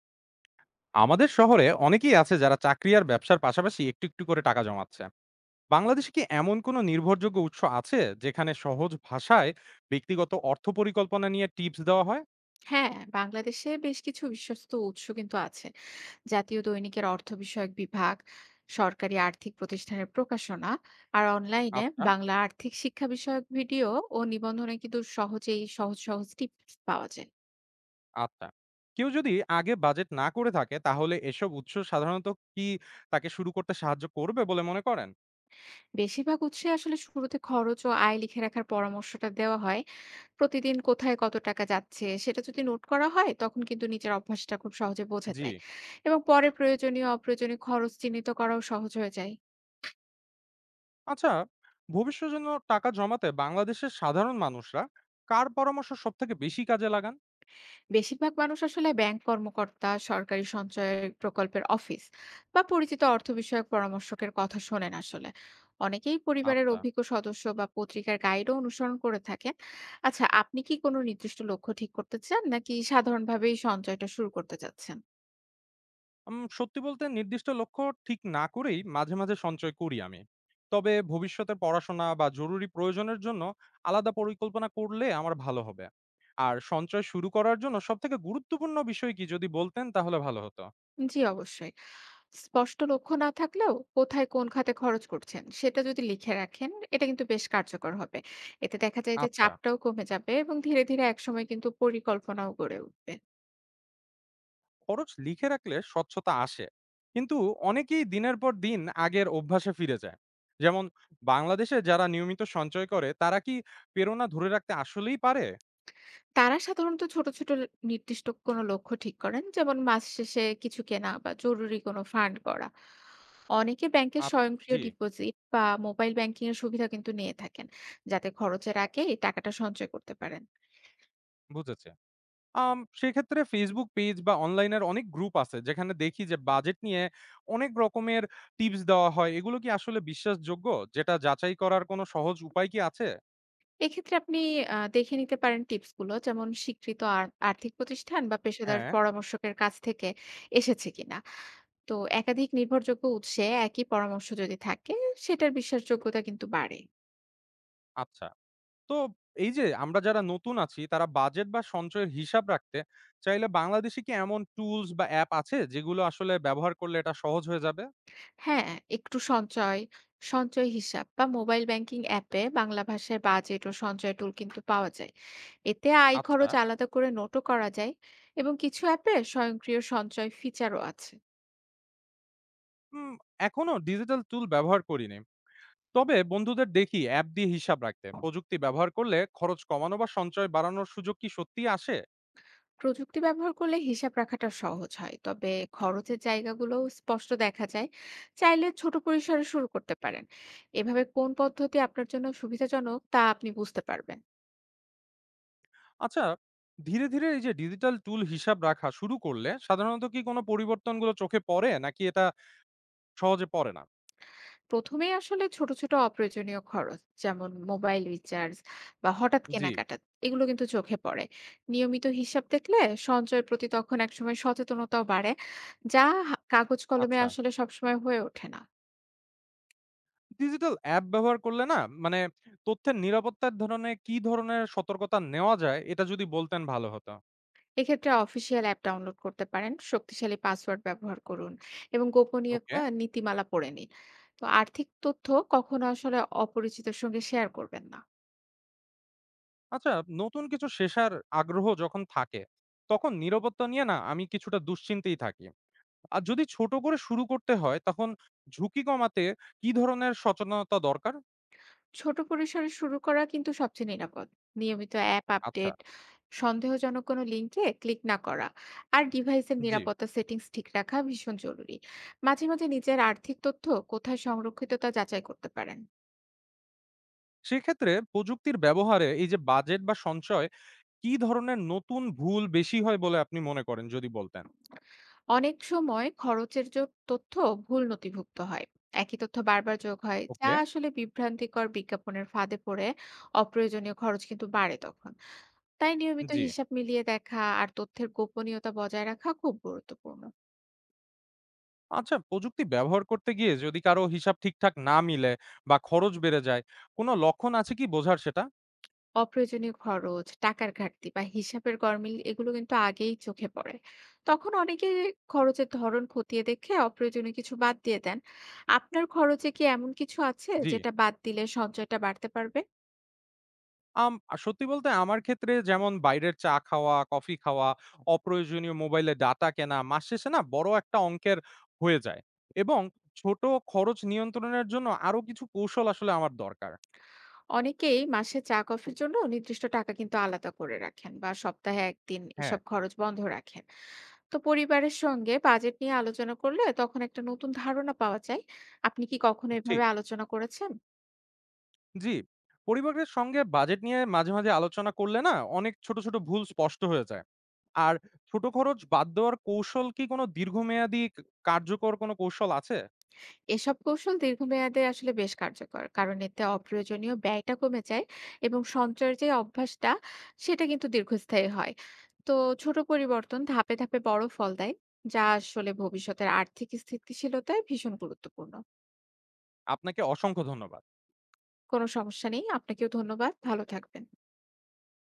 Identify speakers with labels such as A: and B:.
A: আমাদের শহরে অনেকেই আছে যারা চাকরি আর ব্যবসার পাশাপাশি একটু একটু করে টাকা জমাচ্ছে। বাংলাদেশে কি এমন কোনো নির্ভরযোগ্য উৎস আছে যেখানে সহজ ভাষায় ব্যক্তিগত অর্থ পরিকল্পনা নিয়ে টিপস দেওয়া হয়?
B: হ্যাঁ, বাংলাদেশে বেশ কিছু বিশ্বস্ত উৎস কিন্তু আছে। জাতীয় দৈনিকের অর্থ বিষয়ক বিভাগ, সরকারি আর্থিক প্রতিষ্ঠানের প্রকাশনা, আর অনলাইনে
A: আচ্ছা,
B: বাংলা আর্থিক শিক্ষা বিষয়ক ভিডিও ও নিবন্ধনে কিন্তু সহজেই সহজ সহজ টিপস পাওয়া যায়।
A: আচ্ছা। কেউ যদি আগে বাজেট না করে থাকে তাহলে এসব উৎস সাধারণত কি তাকে শুরু করতে সাহায্য করবে বলে মনে করেন?
B: বেশিরভাগ উৎসে আসলে শুরুতে খরচ ও আয় লিখে রাখার পরামর্শটা দেওয়া হয়। প্রতিদিন কোথায় কত টাকা যাচ্ছে সেটা যদি নোট করা হয়, তখন কিন্তু নিজের অভ্যাসটা খুব সহজে বোঝা
A: জি।
B: যায় এবং পরে প্রয়োজনীয় অপ্রয়োজনীয় খরচ চিহ্নিত করাও সহজ হয়ে যায়।
A: আচ্ছা, ভবিষ্যতের জন্য টাকা জমাতে বাংলাদেশের সাধারণ মানুষরা কার পরামর্শ সব থেকে বেশি কাজে লাগান?
B: বেশিরভাগ মানুষ আসলে ব্যাংক কর্মকর্তা, সরকারি সঞ্চয় প্রকল্পের অফিস বা পরিচিত অর্থ বিষয়ক পরামর্শকের কথা শোনেন। আসলে অনেকেই পরিবারের
A: আচ্ছা।
B: অভিজ্ঞ সদস্য বা পত্রিকার গাইডও অনুসরণ করে থাকেন। আচ্ছা, আপনি কি কোনো নির্দিষ্ট লক্ষ্য ঠিক করতে চান, নাকি সাধারণভাবেই সঞ্চয়টা শুরু করতে চাচ্ছেন?
A: সত্যি বলতে নির্দিষ্ট লক্ষ্য ঠিক না করেই মাঝে মাঝে সঞ্চয় করি আমি। তবে ভবিষ্যতে পড়াশোনা বা জরুরি প্রয়োজনের জন্য আলাদা পরিকল্পনা করলে আমার ভালো হবে। আর সঞ্চয় শুরু করার জন্য সবথেকে গুরুত্বপূর্ণ বিষয় কি যদি বলতেন তাহলে ভালো হতো।
B: জি, অবশ্যই। স্পষ্ট লক্ষ্য না থাকলেও কোথায় কোন খাতে খরচ করছেন সেটা যদি লিখে রাখেন, এটা কিন্তু বেশ কার্যকর হবে। এতে দেখা যায় যে
A: আচ্ছা,
B: চাপটাও কমে যাবে এবং ধীরে ধীরে একসময় কিন্তু পরিকল্পনাও গড়ে উঠবে।
A: খরচ লিখে রাখলে স্বচ্ছতা আসে। কিন্তু অনেকেই দিনের পর দিন আগের অভ্যাসে ফিরে যায়। যেমন বাংলাদেশে যারা নিয়মিত সঞ্চয় করে তারা কি প্রেরণা ধরে রাখতে আসলেই পারে?
B: তারা সাধারণত ছোট, ছোট নির্দিষ্ট কোনো লক্ষ্য ঠিক করেন। যেমন মাস শেষে কিছু কেনা বা জরুরি কোনো ফান্ড করা। অনেকে ব্যাংকের
A: আচ
B: স্বয়ংক্রিয়
A: জি,
B: ডিপোজিট বা মোবাইল ব্যাংকিং এর সুবিধা কিন্তু নিয়ে থাকেন, যাতে খরচের আগে এই টাকাটা সঞ্চয় করতে পারেন।
A: বুঝেছি। সেক্ষেত্রে Facebook পেজ বা অনলাইনের অনেক গ্রুপ আছে যেখানে দেখি যে বাজেট নিয়ে অনেক রকমের টিপস দেওয়া হয়। এগুলো কি আসলে বিশ্বাসযোগ্য? যেটা যাচাই করার কোনো সহজ উপায় কি আছে?
B: এক্ষেত্রে আপনি দেখে নিতে পারেন টিপস গুলো। যেমন স্বীকৃত আর্থিক প্রতিষ্ঠান বা পেশাদার
A: হ্যাঁ।
B: পরামর্শকের কাছ থেকে এসেছে কিনা। তো একাধিক নির্ভরযোগ্য উৎসে একই পরামর্শ যদি থাকে, সেটার বিশ্বাসযোগ্যতা কিন্তু বাড়ে।
A: আচ্ছা। তো এই যে আমরা যারা নতুন আছি তারা বাজেট বা সঞ্চয়ের হিসাব রাখতে চাইলে বাংলাদেশে কি এমন টুলস বা অ্যাপ আছে যেগুলো আসলে ব্যবহার করলে এটা সহজ হয়ে যাবে?
B: হ্যাঁ, একটু সঞ্চয়, সঞ্চয় হিসাব বা মোবাইল ব্যাংকিং অ্যাপে বাংলা ভাষায় বাজেট ও সঞ্চয় টুল কিন্তু পাওয়া যায়। এতে আয়
A: আচ্ছা।
B: খরচ আলাদা করে নোটও করা যায় এবং কিছু অ্যাপে স্বয়ংক্রিয় সঞ্চয় ফিচারও আছে।
A: উম এখনো ডিজিটাল টুল ব্যবহার করিনি। তবে বন্ধুদের দেখি অ্যাপ দিয়ে হিসাব রাখতে প্রযুক্তি ব্যবহার করলে খরচ কমানো বা সঞ্চয় বাড়ানোর সুযোগ কি সত্যি আসে?
B: প্রযুক্তি ব্যবহার করলে হিসাব রাখাটা সহজ হয়। তবে খরচের জায়গাগুলোও স্পষ্ট দেখা যায়। চাইলে ছোট পরিসরে শুরু করতে পারেন। এভাবে কোন পদ্ধতি আপনার জন্য সুবিধাজনক তা আপনি বুঝতে পারবেন।
A: আচ্ছা, ধীরে ধীরে এই যে ডিজিটাল টুল হিসাব রাখা শুরু করলে সাধারণত কি কোনো পরিবর্তনগুলো চোখে পড়ে নাকি এটা সহজে পড়ে না?
B: প্রথমেই আসলে ছোট, ছোট অপ্রয়োজনীয় খরচ, যেমন মোবাইল রিচার্জ বা হঠাৎ
A: জি।
B: কেনাকাটা, এগুলো কিন্তু চোখে পড়ে। নিয়মিত হিসাব দেখলে সঞ্চয়ের প্রতি তখন একসময় সচেতনতাও বাড়ে, যা কাগজ কলমে
A: আচ্ছা,
B: আসলে সবসময় হয়ে ওঠে না।
A: ডিজিটাল অ্যাপ ব্যবহার করলে না মানে তথ্যের নিরাপত্তার ধরনে কি ধরনের সতর্কতা নেওয়া যায় এটা যদি বলতেন ভালো হতো।
B: এক্ষেত্রে অফিসিয়াল অ্যাপ ডাউনলোড করতে পারেন, শক্তিশালী পাসওয়ার্ড ব্যবহার করুন এবং
A: ওকে।
B: গোপনীয়তা নীতিমালা পড়ে নিন। তো আর্থিক তথ্য কখনো আসলে অপরিচিতের সঙ্গে শেয়ার করবেন না।
A: আচ্ছা, নতুন কিছু শেষার আগ্রহ যখন থাকে তখন নিরাপত্তা নিয়ে না আমি কিছুটা দুশ্চিন্তেই থাকি। আর যদি ছোট করে শুরু করতে হয় তখন ঝুঁকি কমাতে কি ধরনের সচেতনতা দরকার?
B: ছোট পরিসরে শুরু করা কিন্তু সবচেয়ে নিরাপদ। নিয়মিত অ্যাপ
A: আচ্ছা,
B: আপডেট, সন্দেহজনক কোনো লিঙ্কে ক্লিক না করা আর ডিভাইসের
A: জি।
B: নিরাপত্তা সেটিংস ঠিক রাখা ভীষণ জরুরি। মাঝে মাঝে নিজের আর্থিক তথ্য কোথায় সংরক্ষিত তা যাচাই করতে পারেন।
A: সেক্ষেত্রে প্রযুক্তির ব্যবহারে এই যে বাজেট বা সঞ্চয় কি ধরনের নতুন ভুল বেশি হয় বলে আপনি মনে করেন যদি বলতেন?
B: অনেক সময় খরচের যে তথ্য ভুল নথিভুক্ত হয়, একই তথ্য বারবার যোগ হয়, যা
A: ওকে,
B: আসলে বিভ্রান্তিকর বিজ্ঞাপনের ফাঁদে পড়ে অপ্রয়োজনীয় খরচ কিন্তু বাড়ে তখন। তাই নিয়মিত
A: জি।
B: হিসাব মিলিয়ে দেখা আর তথ্যের গোপনীয়তা বজায় রাখা খুব গুরুত্বপূর্ণ।
A: আচ্ছা, প্রযুক্তি ব্যবহার করতে গিয়ে যদি কারো হিসাব ঠিকঠাক না মিলে বা খরচ বেড়ে যায়, কোনো লক্ষণ আছে কি বোঝার সেটা?
B: অপ্রয়োজনীয় খরচ, টাকার ঘাটতি বা হিসাবের গরমিল এগুলো কিন্তু আগেই চোখে পড়ে। তখন অনেকে খরচের ধরন খতিয়ে দেখে অপ্রয়োজনীয় কিছু বাদ দিয়ে দেন। আপনার খরচে কি এমন কিছু আছে
A: জি।
B: যেটা বাদ দিলে সঞ্চয়টা বাড়তে পারবে?
A: আম আ সত্যি বলতে আমার ক্ষেত্রে যেমন বাইরের চা খাওয়া, কফি খাওয়া, অপ্রয়োজনীয় মোবাইলে ডাটা কেনা মাস শেষে না বড় একটা অঙ্কের হয়ে যায় এবং ছোট খরচ নিয়ন্ত্রণের জন্য আরো কিছু কৌশল আসলে আমার দরকার।
B: অনেকেই মাসে চা-কফির জন্য নির্দিষ্ট টাকা কিন্তু আলাদা করে রাখেন বা সপ্তাহে ১ দিন
A: হ্যাঁ,
B: এসব খরচ বন্ধ রাখেন। তো পরিবারের সঙ্গে বাজেট নিয়ে আলোচনা করলে তখন একটা নতুন ধারণা পাওয়া যায়। আপনি কি কখনো
A: ঠিক।
B: এভাবে আলোচনা করেছেন?
A: জি, পরিবারের সঙ্গে বাজেট নিয়ে মাঝে, মাঝে আলোচনা করলে না অনেক ছোট, ছোট ভুল স্পষ্ট হয়ে যায়। আর ছোট খরচ বাদ দেওয়ার কৌশল কি কোনো দীর্ঘমেয়াদী কার্যকর কোনো কৌশল আছে?
B: এসব কৌশল দীর্ঘমেয়াদে আসলে বেশ কার্যকর। কারণ এতে অপ্রয়োজনীয় ব্যয়টা কমে যায় এবং সঞ্চয়ের যে অভ্যাসটা, সেটা কিন্তু দীর্ঘস্থায়ী হয়। তো ছোট পরিবর্তন ধাপে, ধাপে বড় ফল দেয়, যা আসলে ভবিষ্যতের আর্থিক স্থিতিশীলতায় ভীষণ গুরুত্বপূর্ণ।
A: আপনাকে অসংখ্য ধন্যবাদ।
B: কোনো সমস্যা নেই। আপনাকেও ধন্যবাদ। ভালো থাকবেন।